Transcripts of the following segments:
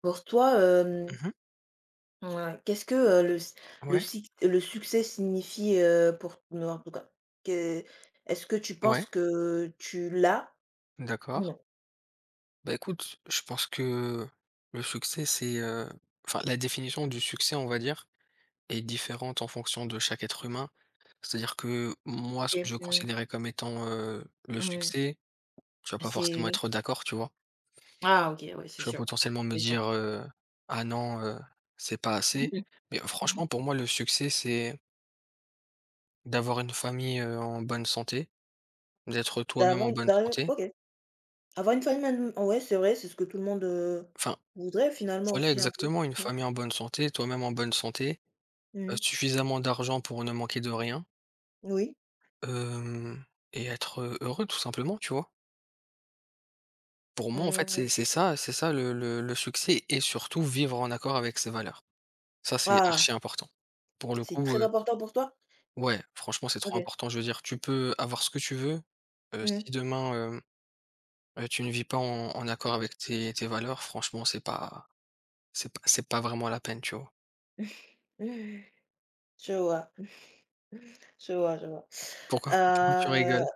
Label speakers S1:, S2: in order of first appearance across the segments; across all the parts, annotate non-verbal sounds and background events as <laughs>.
S1: Pour toi,
S2: Mmh.
S1: qu'est-ce que, le s le
S2: Ouais,
S1: sic le succès signifie, pour non, en tout cas, que est-ce que tu
S2: ouais,
S1: penses que tu l'as ou
S2: d'accord.
S1: non?
S2: Bah, écoute, je pense que le succès, c'est, enfin, la définition du succès, on va dire, est différente en fonction de chaque être humain. C'est-à-dire que moi, ce que
S1: OK.
S2: je
S1: Mmh.
S2: considérais comme étant, le
S1: Mmh.
S2: succès, tu vas pas
S1: C'est
S2: forcément
S1: oui.
S2: être d'accord, tu vois?
S1: Ah OK, oui, c'est
S2: Tu vas
S1: sûr.
S2: potentiellement me
S1: C'est sûr.
S2: dire, «Ah non, c'est pas assez».
S1: Mhm.
S2: Mais franchement,
S1: <laughs>
S2: pour moi, le succès, c'est d'avoir une famille, en bonne santé, d'être toi-même
S1: D'avoir
S2: en bonne
S1: d'avoir
S2: santé.
S1: OK. Avoir une famille, man, ouais, c'est vrai, c'est ce que tout le monde,
S2: Enfin,
S1: voudrait finalement
S2: voilà
S1: aussi un peu.
S2: exactement, une
S1: Mmh.
S2: famille en bonne santé, toi-même en bonne santé,
S1: Mmh.
S2: suffisamment d'argent pour ne manquer de rien,
S1: Oui.
S2: hem et être, heureux tout simplement, tu vois? Pour moi, en fait,
S1: Mmh.
S2: c'est ça le succès, et surtout vivre en accord avec ses valeurs. Ça, c'est
S1: Ah!
S2: archi important. Pour le
S1: C'est
S2: coup,
S1: très important pour toi?
S2: ouais, franchement, c'est trop
S1: OK.
S2: important. Je veux dire, tu peux avoir ce que tu veux,
S1: Mmh mh.
S2: si demain, tu ne vis pas en accord avec tes valeurs, franchement, c'est pas vraiment la peine, tu vois?
S1: Je vois. Je vois, je vois.
S2: Pourquoi <laughs> pourquoi tu
S1: Heu,
S2: rigoles?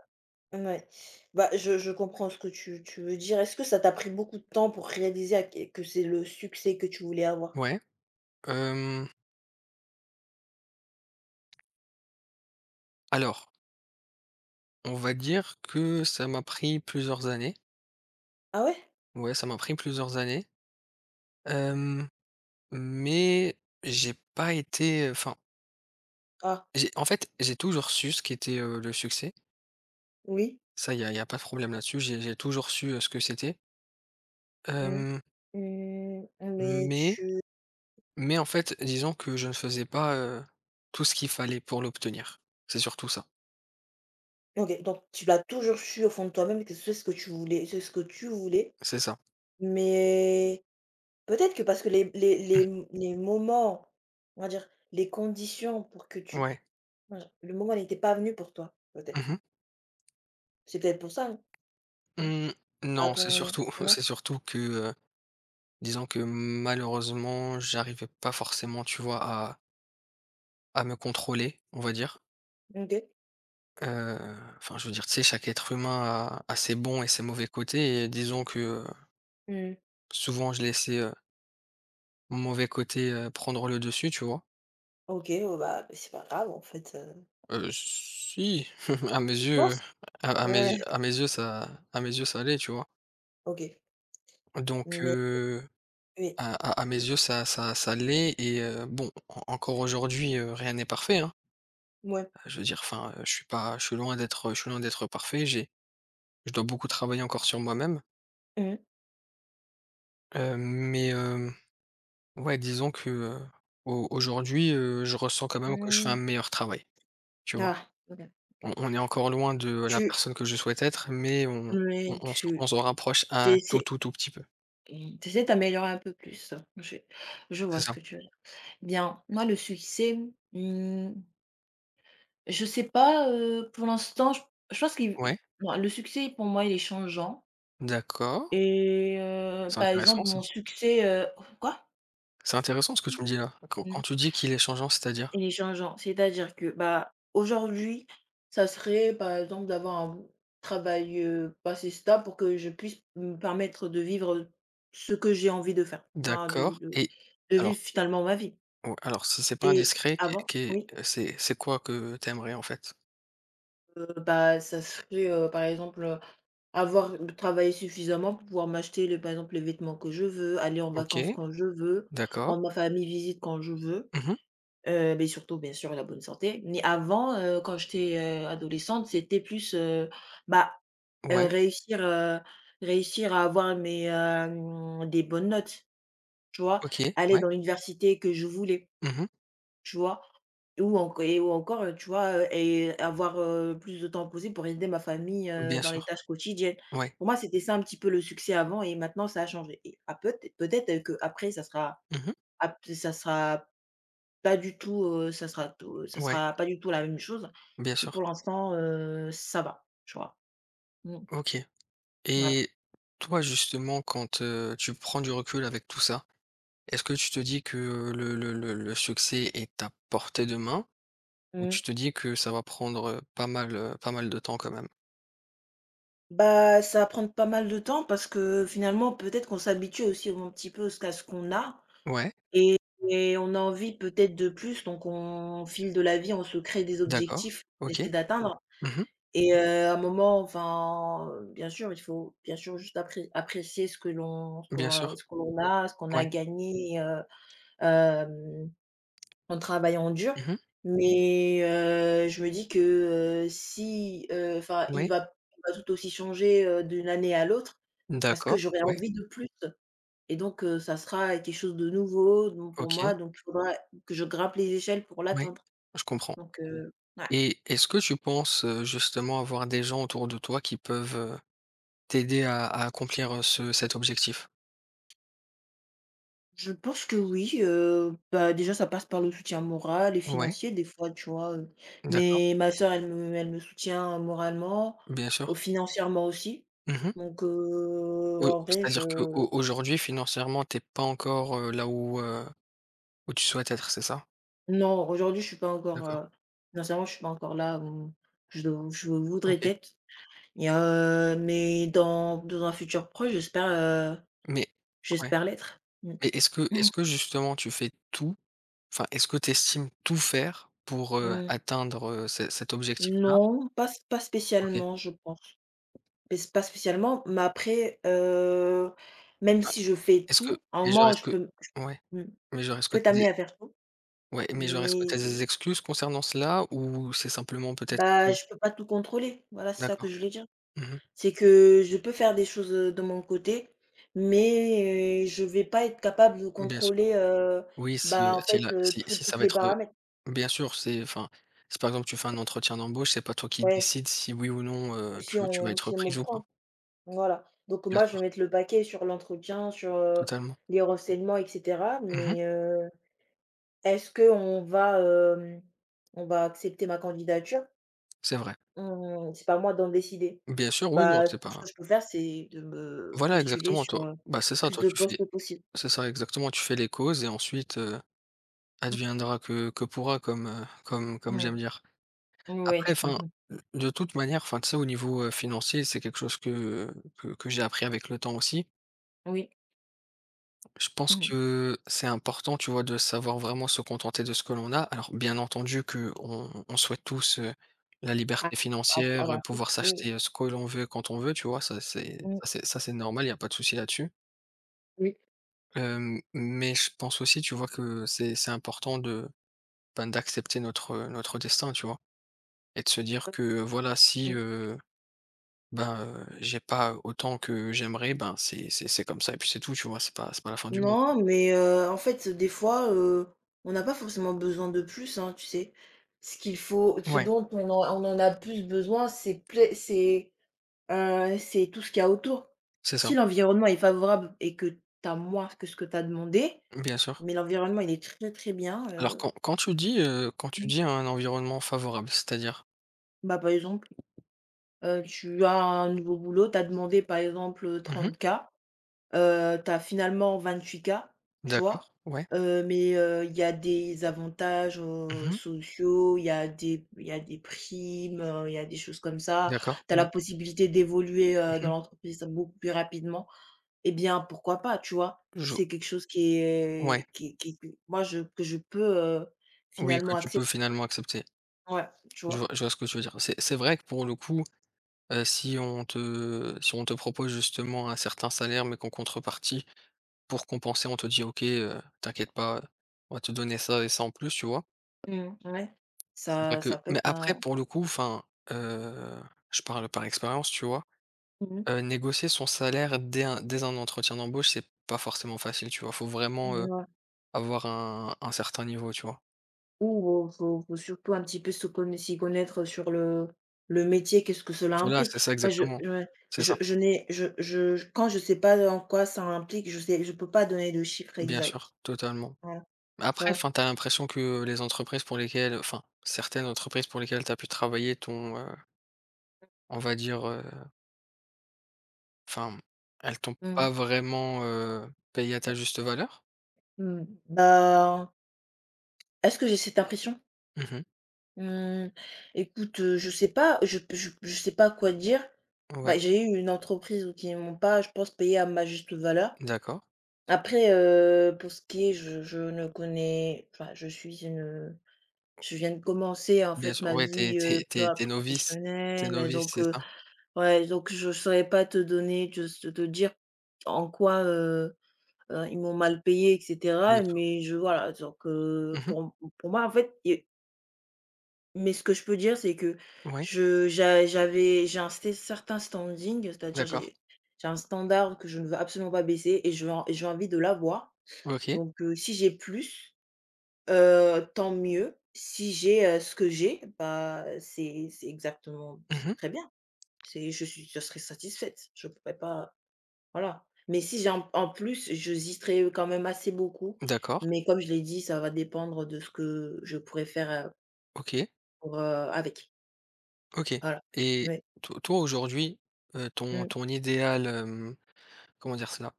S1: Mouais. Bah, je comprends ce que tu veux dire. Est-ce que ça t'a pris beaucoup de temps pour réaliser à qué que c'est le succès que tu voulais avoir?
S2: Ouais, hem, alors, on va dire que ça m'a pris plusieurs années.
S1: Ah ouais?
S2: Ouais, ça m'a pris plusieurs années. Hem, mais j'ai pas été enfin,
S1: Ah,
S2: j'ai en fait, j'ai toujours su ce qu'était, le succès.
S1: oui.
S2: Ça, il y a pas de problème là-dessus. J'ai toujours su, ce que c'était.
S1: Mmh.
S2: Hem,
S1: Mmh, mais
S2: mais
S1: tu
S2: en fait, disons que je ne faisais pas, tout ce qu'il fallait pour l'obtenir. C'est surtout ça.
S1: OK, donc tu l'as toujours su au fond de toi-même que c'est ce que tu voulais,
S2: C'est ça.
S1: mais peut-être que parce que les les
S2: Mmh.
S1: les les moments, on va dire, les conditions pour que tu
S2: Ouais.
S1: le moment n'était pas venu pour toi, peut-être.
S2: Mmh mh.
S1: C'est peut-être pour ça, hein?
S2: Mmh,
S1: À
S2: non, c'est
S1: ton
S2: surtout <laughs> c'est
S1: Non?
S2: surtout que, disons que malheureusement, j'arrivais pas forcément, tu vois, à me contrôler, on va dire.
S1: OK.
S2: Enfin, je veux dire, tu sais, chaque être humain a ses bons et ses mauvais côtés, et disons que,
S1: Mmh.
S2: souvent je laissais, mon mauvais côté, prendre le dessus, tu vois?
S1: OK, oh bah, c'est pas grave en fait,
S2: Si, <laughs> à mes
S1: tu
S2: yeux,
S1: penses?
S2: à à mes
S1: Ouais,
S2: à mes yeux ça allait, tu vois?
S1: OK.
S2: Donc
S1: Mais oui,
S2: à mes
S1: oui,
S2: yeux ça ça ça l'est, et bon, en encore aujourd'hui, rien n'est parfait, hein.
S1: ouais.
S2: Je veux dire, enfin, je suis pas je suis loin d'être parfait. J'ai je dois beaucoup travailler encore sur moi-même,
S1: Mmh.
S2: mais ouais, disons que, au aujourd'hui, je ressens quand même que je fais un
S1: Mmh.
S2: meilleur travail, tu vois?
S1: Ah, OK.
S2: On est encore loin de la
S1: Tu
S2: personne que je souhaite être, mais on on
S1: Mais
S2: on s'en
S1: tu
S2: on s'en rapproche
S1: tu
S2: un tout,
S1: essaies,
S2: tout, tout petit peu.
S1: mmh, tu essaies de t'améliorer un peu plus. Je
S2: C'est
S1: vois ce
S2: ça.
S1: que tu veux dire. Bien, moi le succès, mmh, je sais pas, pour l'instant, je pense qu'il
S2: Ouais,
S1: non, le succès pour moi il est changeant,
S2: d'accord,
S1: et
S2: c'est
S1: par
S2: intéressant
S1: exemple
S2: ça.
S1: mon succès, quoi?
S2: C'est intéressant ce que tu me dis là. Quand tu dis qu'il est changeant, c'est-à-dire?
S1: Et les Changeant, c'est-à-dire que, bah, aujourd'hui, ça serait, par exemple, d'avoir un travail, assez stable pour que je puisse me permettre de vivre ce que j'ai envie de faire, enfin de
S2: D'accord,
S1: de
S2: et
S1: de
S2: alors,
S1: vivre finalement ma vie.
S2: ou alors si c'est pas
S1: Et
S2: indiscret, qu'est
S1: avant,
S2: qu'est
S1: oui,
S2: c'est quoi que t'aimerais en fait?
S1: bah, ça serait, par exemple, avoir travaillé suffisamment pour pouvoir m'acheter les par exemple, les vêtements que je veux, aller en
S2: OK,
S1: vacances quand je veux,
S2: d'accord.
S1: rendre ma famille visite quand je veux.
S2: Mmh.
S1: Beh, surtout, bien sûr, la bonne santé. Mais avant, quand j'étais, adolescente, c'était plus, bah, heu,
S2: Ouais,
S1: réussir, heu, réussir à avoir des bonnes notes, tu vois?
S2: OK,
S1: Aller
S2: ouais.
S1: dans l'université que je voulais,
S2: Mmh.
S1: tu vois? Ou encore, tu vois, et avoir, plus de temps posé pour aider ma famille,
S2: Bien
S1: dans les
S2: sûr.
S1: tâches quotidiennes.
S2: Ouais.
S1: Pour moi, c'était ça un petit peu le succès avant, et maintenant ça a changé, et ah, peut-être qu'après ça sera,
S2: Mmh.
S1: ap ça sera pas du tout, ça
S2: Ouais,
S1: sera pas du tout la même chose,
S2: bien
S1: mais
S2: sûr.
S1: pour l'instant, ça va, tu vois? Mmh,
S2: OK,
S1: voilà.
S2: et toi, justement, quand, tu prends du recul avec tout ça, est-ce que tu te dis que le succès est à portée de main, ou
S1: Mmh.
S2: tu te dis que ça va prendre, pas mal de temps quand même?
S1: Bah, ça va prendre pas mal de temps parce que finalement, peut-être qu'on s'habitue aussi un petit peu ce qu'on a,
S2: Ouais,
S1: et on a envie peut-être de plus, donc on file de la vie, on se crée des
S2: d'accord.
S1: objectifs qu'on
S2: OK.
S1: essaie d'atteindre,
S2: Mmh.
S1: et à un moment, enfin, bien sûr, il faut bien sûr juste apprécier
S2: Bien sûr.
S1: ce que l'on a, ce qu'on a
S2: Ouais.
S1: gagné, hem en travaillant dur,
S2: Mmh.
S1: mais je me dis que, si, enfin,
S2: Ouais.
S1: il va tout aussi changer, d'une année à l'autre parce que
S2: D'accord.
S1: j'aurai
S2: Ouais.
S1: envie de plus, et donc ça sera quelque chose de nouveau donc pour
S2: OK.
S1: moi, donc il faudra que je grimpe les échelles pour
S2: Ouais,
S1: l'atteindre,
S2: je comprends.
S1: donc ouais.
S2: Et est-ce que tu penses, justement avoir des gens autour de toi qui peuvent, t'aider à accomplir, ce cet objectif?
S1: Je pense que oui, bah, déjà ça passe par le soutien moral et
S2: Ouais,
S1: financier des fois, tu vois?
S2: d'accord,
S1: Mais ma sœur elle me soutient moralement,
S2: bien sûr.
S1: au financièrement aussi,
S2: Mmh mh.
S1: donc en vrai je…
S2: C'est-à-dire qu'au aujourd'hui financièrement, t'es pas encore, là où, où tu souhaites être, c'est ça?
S1: Non, aujourd'hui, je suis pas encore,
S2: D'accord,
S1: financièrement, je suis pas encore là où je voudrais
S2: OK.
S1: être, et mais dans un futur proche,
S2: Mais ouais,
S1: j'espère l'être. Mmh.
S2: mais est-ce que justement tu fais tout enfin, est-ce que tu estimes tout faire pour,
S1: Mmh. <laughs>
S2: atteindre, ce cet objectif-là?
S1: Non, pas
S2: OK.
S1: spécialement, je pense. P s Pas spécialement, mais après, même
S2: Enfin,
S1: si je fais
S2: est-ce que
S1: tout, à un
S2: mais genre,
S1: moment,
S2: est-ce
S1: je
S2: que
S1: peux m
S2: ouais,
S1: j mmh,
S2: mais genre,
S1: je
S2: est-ce que
S1: peux
S2: tu
S1: t'amener à faire tout,
S2: ouais, mais genre, est-ce que
S1: mais
S2: tu as des excuses concernant cela, ou c'est simplement peut-être que
S1: bah, je peux pas tout contrôler. Voilà, c'est ça que
S2: d'accord.
S1: je voulais dire.
S2: Mmh.
S1: C'est que je peux faire des choses, de mon côté, mais je vais pas être capable de
S2: Bien sûr.
S1: contrôler,
S2: Oui, si,
S1: bah, en
S2: si
S1: fait,
S2: la si
S1: tous
S2: si ça
S1: toutes
S2: va
S1: les
S2: être,
S1: paramètres.
S2: bien sûr, c'est enfin, si par exemple tu fais un entretien d'embauche, c'est pas toi qui
S1: Ouais,
S2: décides si oui ou non, tu vas être
S1: si on me
S2: prise ou pas.
S1: prend, voilà. Donc
S2: Bien
S1: moi, je
S2: sûr,
S1: vais mettre le paquet sur l'entretien, sur,
S2: totalement.
S1: les renseignements et cetera,
S2: Mmh.
S1: mais est-ce qu'on va, hem, on va accepter ma candidature?
S2: C'est vrai.
S1: Mmh, c'est pas à moi d'en décider.
S2: Bien sûr, oui, non,
S1: Bah, tout
S2: c'est
S1: ce que
S2: pas
S1: je peux faire, c'est de me
S2: voilà,
S1: postuler
S2: exactement,
S1: sur,
S2: toi bah, c'est ça,
S1: plus
S2: toi,
S1: de
S2: tu fais
S1: postes possible.
S2: c'est ça, exactement, tu fais les causes et ensuite,
S1: Mmh
S2: adviendra que pourra, comme, comme
S1: mh.
S2: j'aime dire.
S1: Oui.
S2: Après, enfin, de toute manière, enfin, tu sais, au niveau, financier, c'est quelque chose que j'ai appris avec le temps aussi.
S1: Oui.
S2: Je pense
S1: Mmh mh.
S2: que c'est important, tu vois, de savoir vraiment se contenter de ce que l'on a. Alors, bien entendu que on souhaite tous, la
S1: Ah,
S2: liberté
S1: ap
S2: financière,
S1: avoir plus,
S2: pouvoir
S1: oui.
S2: s'acheter, ce que l'on veut quand on veut, tu vois? Ça, c'est
S1: Mmh.
S2: ça, c'est ça, c'est normal, il y a pas de souci là-dessus.
S1: Oui.
S2: Mais je pense aussi, tu vois, que c'est important de, ben, d'accepter notre, destin, tu vois? Et de se dire
S1: Heu
S2: que, voilà, si,
S1: Mmh.
S2: ben, j'ai pas autant que j'aimerais, ben, c'est comme ça et puis c'est tout, tu vois? C'est pas la fin du monde.
S1: Non, mais en fait, des fois, on n'a pas forcément besoin de plus, hein, tu sais? Ce qu'il faut Ce
S2: Ouais,
S1: dont on en a plus besoin, c'est tout ce qu'il y a autour.
S2: c'est ça,
S1: Si l'environnement est favorable et que tu as moins que ce que tu as demandé,
S2: bien sûr.
S1: mais l'environnement, il est très, très bien,
S2: Alors quand tu dis, quand tu
S1: mmh.
S2: dis un environnement favorable, c'est-à-dire?
S1: Bah, par exemple, tu as un nouveau boulot, tu as demandé, par exemple,
S2: Mmh.
S1: 30K. Tu as finalement 28 K, tu vois?
S2: D'accord, ouais.
S1: Mais, il y a des avantages,
S2: Mmh.
S1: sociaux, il y a des primes, il y a des choses comme ça.
S2: D'accord,
S1: Tu as
S2: ouais.
S1: la possibilité d'évoluer, dans
S2: Mmh.
S1: l'entreprise beaucoup plus rapidement. Eh bien, pourquoi pas, tu vois?
S2: Je
S1: C'est quelque chose qui
S2: ouais,
S1: est qui que moi je que je peux,
S2: oui, que
S1: finalement
S2: tu peux
S1: accepter.
S2: finalement accepter.
S1: Ouais, tu vois?
S2: Je vois ce que tu veux dire. C'est vrai que pour le coup, si on te propose justement un certain salaire, mais qu'en contrepartie, pour compenser, on te dit: «OK, t'inquiète pas, on va te donner ça et ça en plus», tu vois?
S1: Mmh, ouais.
S2: C'est vrai
S1: Ça
S2: que
S1: ça peut
S2: mais
S1: être
S2: après
S1: un
S2: pour le coup, enfin, heu, je parle par expérience, tu vois?
S1: mmh.
S2: Négocier son salaire dès un entretien d'embauche, c'est pas forcément facile, tu vois? Faut vraiment, avoir un certain niveau, tu vois?
S1: Ou faut surtout un petit peu se conna s'y connaître sur le métier, qu'est-ce que cela
S2: Voilà,
S1: implique?
S2: c'est ça
S1: Moi je
S2: exactement.
S1: Ouais,
S2: C'est ça.
S1: je n'ai je je quand je sais pas en quoi ça implique, je peux pas donner de chiffres
S2: Bien sûr,
S1: exacts.
S2: totalement.
S1: Voilà, tu
S2: Après,
S1: vois?
S2: enfin, t'as l'impression que les entreprises pour lesquelles enfin, certaines entreprises pour lesquelles t'as pu travailler t'ont, on va dire, enfin, elles t'ont
S1: Mmh.
S2: pas vraiment, payé à ta juste valeur?
S1: Mmh. Bah, est-ce que j'ai cette impression?
S2: Mmh.
S1: Mmh, écoute, je sais pas, je sais pas quoi dire.
S2: Ouais,
S1: Bah, j'ai eu une entreprise où qui m'ont pas, je pense, payé à ma juste valeur.
S2: d'accord.
S1: Après, pour ce qui est je ne connais enfin, je suis une… Je viens de commencer en
S2: Bien
S1: fait
S2: sûr,
S1: ma
S2: ouais,
S1: vie, tu vois,
S2: t'es
S1: professionnelle,
S2: novice,
S1: donc
S2: c'est ça?
S1: ouais, donc je saurais pas te donner te te te dire en quoi, ils m'ont mal payé, et
S2: Bien
S1: cetera,
S2: sûr.
S1: mais je voilà, donc
S2: Mmh mh.
S1: pour moi en fait. Ce que je peux dire, c'est que
S2: Ouais,
S1: je j'a j'avais j'ai un sté certain standing, c'est-à-dire
S2: d'accord.
S1: j'ai un standard que je ne veux absolument pas baisser, et je veux en et j'ai envie de l'avoir,
S2: OK.
S1: donc si j'ai plus… Tant mieux. Si j'ai, ce que j'ai, bah, c'est exactement,
S2: Mmh
S1: c'est
S2: mh.
S1: très bien. C'est je suis Je serai satisfaite. Je pourrais pas… voilà. Mais si j'ai en plus, j'hésiterai, quand même assez beaucoup.
S2: D'accord.
S1: Mais comme je l'ai dit, ça va dépendre de ce que je pourrais faire,
S2: OK,
S1: pour, avec.
S2: OK,
S1: Voilà.
S2: et
S1: Ouais.
S2: to toi aujourd'hui, ton
S1: Mmh.
S2: idéal, comment dire cela?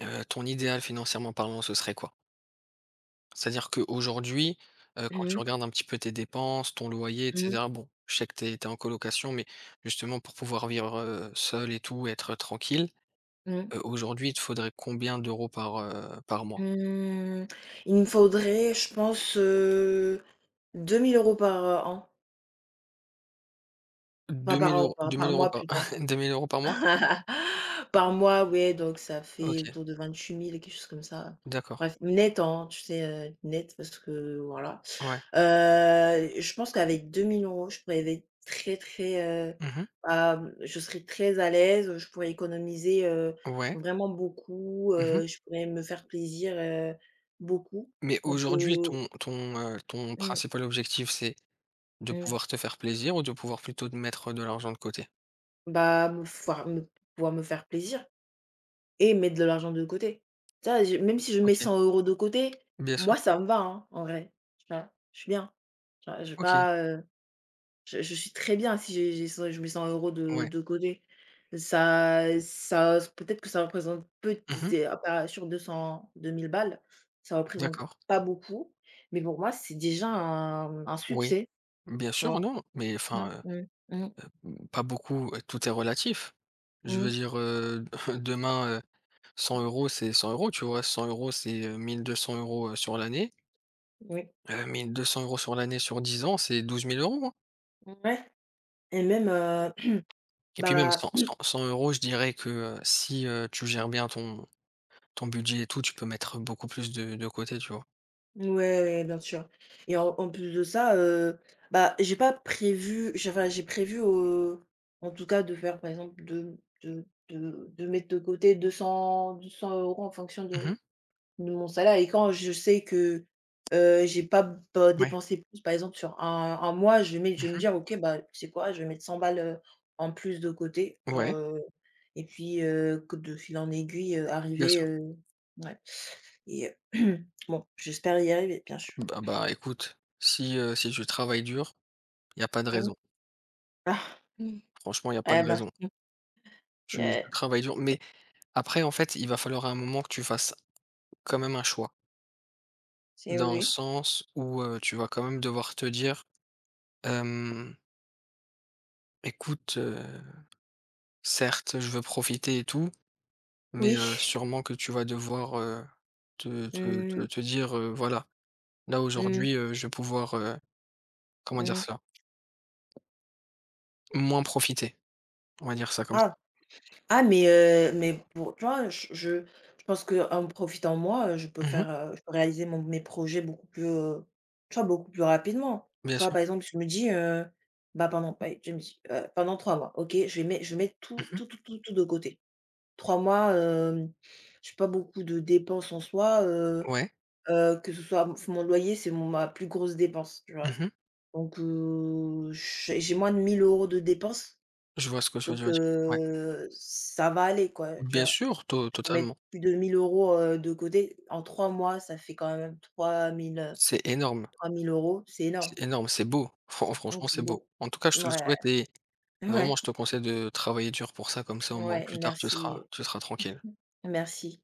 S2: Ton idéal financièrement parlant, ce serait quoi? C'est-à-dire qu'aujourd'hui, quand
S1: Mmh
S2: tu
S1: mh.
S2: regardes un petit peu tes dépenses, ton loyer et
S1: Mmh
S2: cetera, bon, je sais que tu es en colocation, mais justement pour pouvoir vivre, seule et tout, être tranquille,
S1: mh.
S2: aujourd'hui, il te faudrait combien d'euros par, par mois?
S1: Mmh, il me faudrait, je pense, 2 000 € par, an, enfin
S2: 2 000
S1: par an,
S2: euros, 2 000
S1: par
S2: euros
S1: mois
S2: par
S1: plutôt.
S2: <laughs> 2 000 euros par mois?
S1: <laughs> Par mois, ouais, donc ça fait
S2: OK,
S1: autour de 28 000, quelque chose comme ça.
S2: d'accord.
S1: Bref, net, hein, tu sais, net parce que voilà.
S2: Ouais.
S1: Je pense qu'avec 2 000 euros je pourrais être très, très,
S2: Mmh.
S1: je serais très à l'aise, je pourrais économiser,
S2: Ouais.
S1: vraiment beaucoup,
S2: Mmh.
S1: je pourrais me faire plaisir, beaucoup.
S2: Mais
S1: Donc
S2: aujourd'hui, ton ton
S1: mmh,
S2: principal objectif, c'est de
S1: mmh,
S2: pouvoir te faire plaisir, ou de pouvoir plutôt de mettre de l'argent de côté?
S1: bah, me faire me pouvoir me faire plaisir. Et mettre de l'argent de côté. Tu vois, je même si je mets
S2: OK,
S1: 100 € de côté,
S2: bien sûr.
S1: moi ça me va, hein, en vrai, tu vois? Je suis bien, tu vois? Je vais
S2: OK,
S1: pas, je suis très bien si j'ai j'ai cent je mets 100 € de
S2: ouais.
S1: côté. Ça peut-être que ça représente peu t
S2: Mmh.
S1: c'est, ah bah, sur 200-2000 balles, ça représente
S2: D'accord.
S1: pas beaucoup, mais pour moi, c'est déjà un
S2: Oui.
S1: succès,
S2: Bien
S1: tu
S2: sûr,
S1: vois?
S2: non, mais
S1: Mmh,
S2: enfin,
S1: mmh, mmh,
S2: pas beaucoup, tout est relatif. Je
S1: mmh,
S2: veux dire, <laughs> demain, 100 euros c'est 100 euros, tu vois? 100 euros c'est, 1 200 € sur l'année.
S1: oui,
S2: 1 200 euros sur l'année, sur 10 ans, c'est 12 000 euros, hein.
S1: ouais, et même,
S2: Et puis même
S1: bah
S2: 100 €, je dirais que, si, tu gères bien ton budget et tout, tu peux mettre beaucoup plus de côté, tu vois?
S1: ouais, ouais, ouais, bien sûr, et en plus de ça, bah, j'ai pas prévu j'ai, enfin, j'ai prévu, en tout cas de faire, par exemple, de mettre de côté 200- 200 € en fonction
S2: Mmh mh.
S1: de mon salaire, et quand je sais que, j'ai pas b pas
S2: Ouais.
S1: dépensé plus, par exemple, sur un mois,
S2: Mmh
S1: je vais me
S2: mh.
S1: dire: «OK, bah, c'est quoi? Je vais mettre 100 balles, en plus de côté sur,»
S2: Ouais,
S1: et puis, que de fil en aiguille,
S2: bien
S1: arriver,
S2: sûr.
S1: ouais. Et <clears throat> bon, j'espère y arriver, bien sûr.
S2: Bah, écoute, si, si tu travailles dur, il y a pas de
S1: Mmh.
S2: raison.
S1: Ah! Mmh.
S2: Franchement, il y a pas
S1: Eh
S2: de
S1: ben,
S2: raison. Tu
S1: eh,
S2: travailles dur, mais après, en fait, il va falloir à un moment que tu fasses quand même un choix.
S1: c'est,
S2: Dans le
S1: oui,
S2: sens où, tu vas quand même devoir te dire: «Hem, écoute, certes, je veux profiter et tout.» Mais,
S1: oui.
S2: sûrement que tu vas devoir, te te te
S1: Mmh,
S2: te dire, «Voilà, là
S1: mmh,
S2: aujourd'hui, je vais pouvoir, comment dire
S1: mmh.
S2: cela? Moins profiter», on va dire ça comme ça.
S1: Ah! Ah mais pour tu vois, je je pense qu'en profitant moi, je peux
S2: Mmh,
S1: faire, je peux réaliser mon mes projets beaucoup plus, tu vois, beaucoup plus rapidement.
S2: bien
S1: Tu vois,
S2: sûr.
S1: par exemple, je me dis, bah, je me dis, «Pendant 3 mois, OK, je vais mettre je mets tout
S2: Mmh.
S1: tout tout tout tout de côté». Trois mois, j'ai pas beaucoup de dépenses en soi,
S2: Ouais.
S1: que ce soit f mon loyer, c'est mon ma plus grosse dépense, tu vois?
S2: Mmh.
S1: Donc j'ai moins de 1 000 € de dépenses,
S2: Je vois ce que tu veux
S1: donc
S2: dire. Ouais.
S1: ça va aller quoi, tu
S2: Bien
S1: vois?
S2: sûr, to
S1: Peux mettre
S2: totalement.
S1: plus de mille euros €, de côté. En 3 mois, ça fait quand même 3 000,
S2: C'est énorme,
S1: 3 000 €. C'est énorme.
S2: c'est énorme, c'est beau.
S1: Mmh.
S2: Franchement,
S1: C'est
S2: c'est beau.
S1: beau.
S2: En tout cas, je te le
S1: Ouais,
S2: souhaite, et vraiment,
S1: ouais,
S2: je te conseille de travailler dur pour ça, comme ça, au moins,
S1: ouais,
S2: plus tard,
S1: merci.
S2: tu seras tranquille.
S1: <laughs> Merci.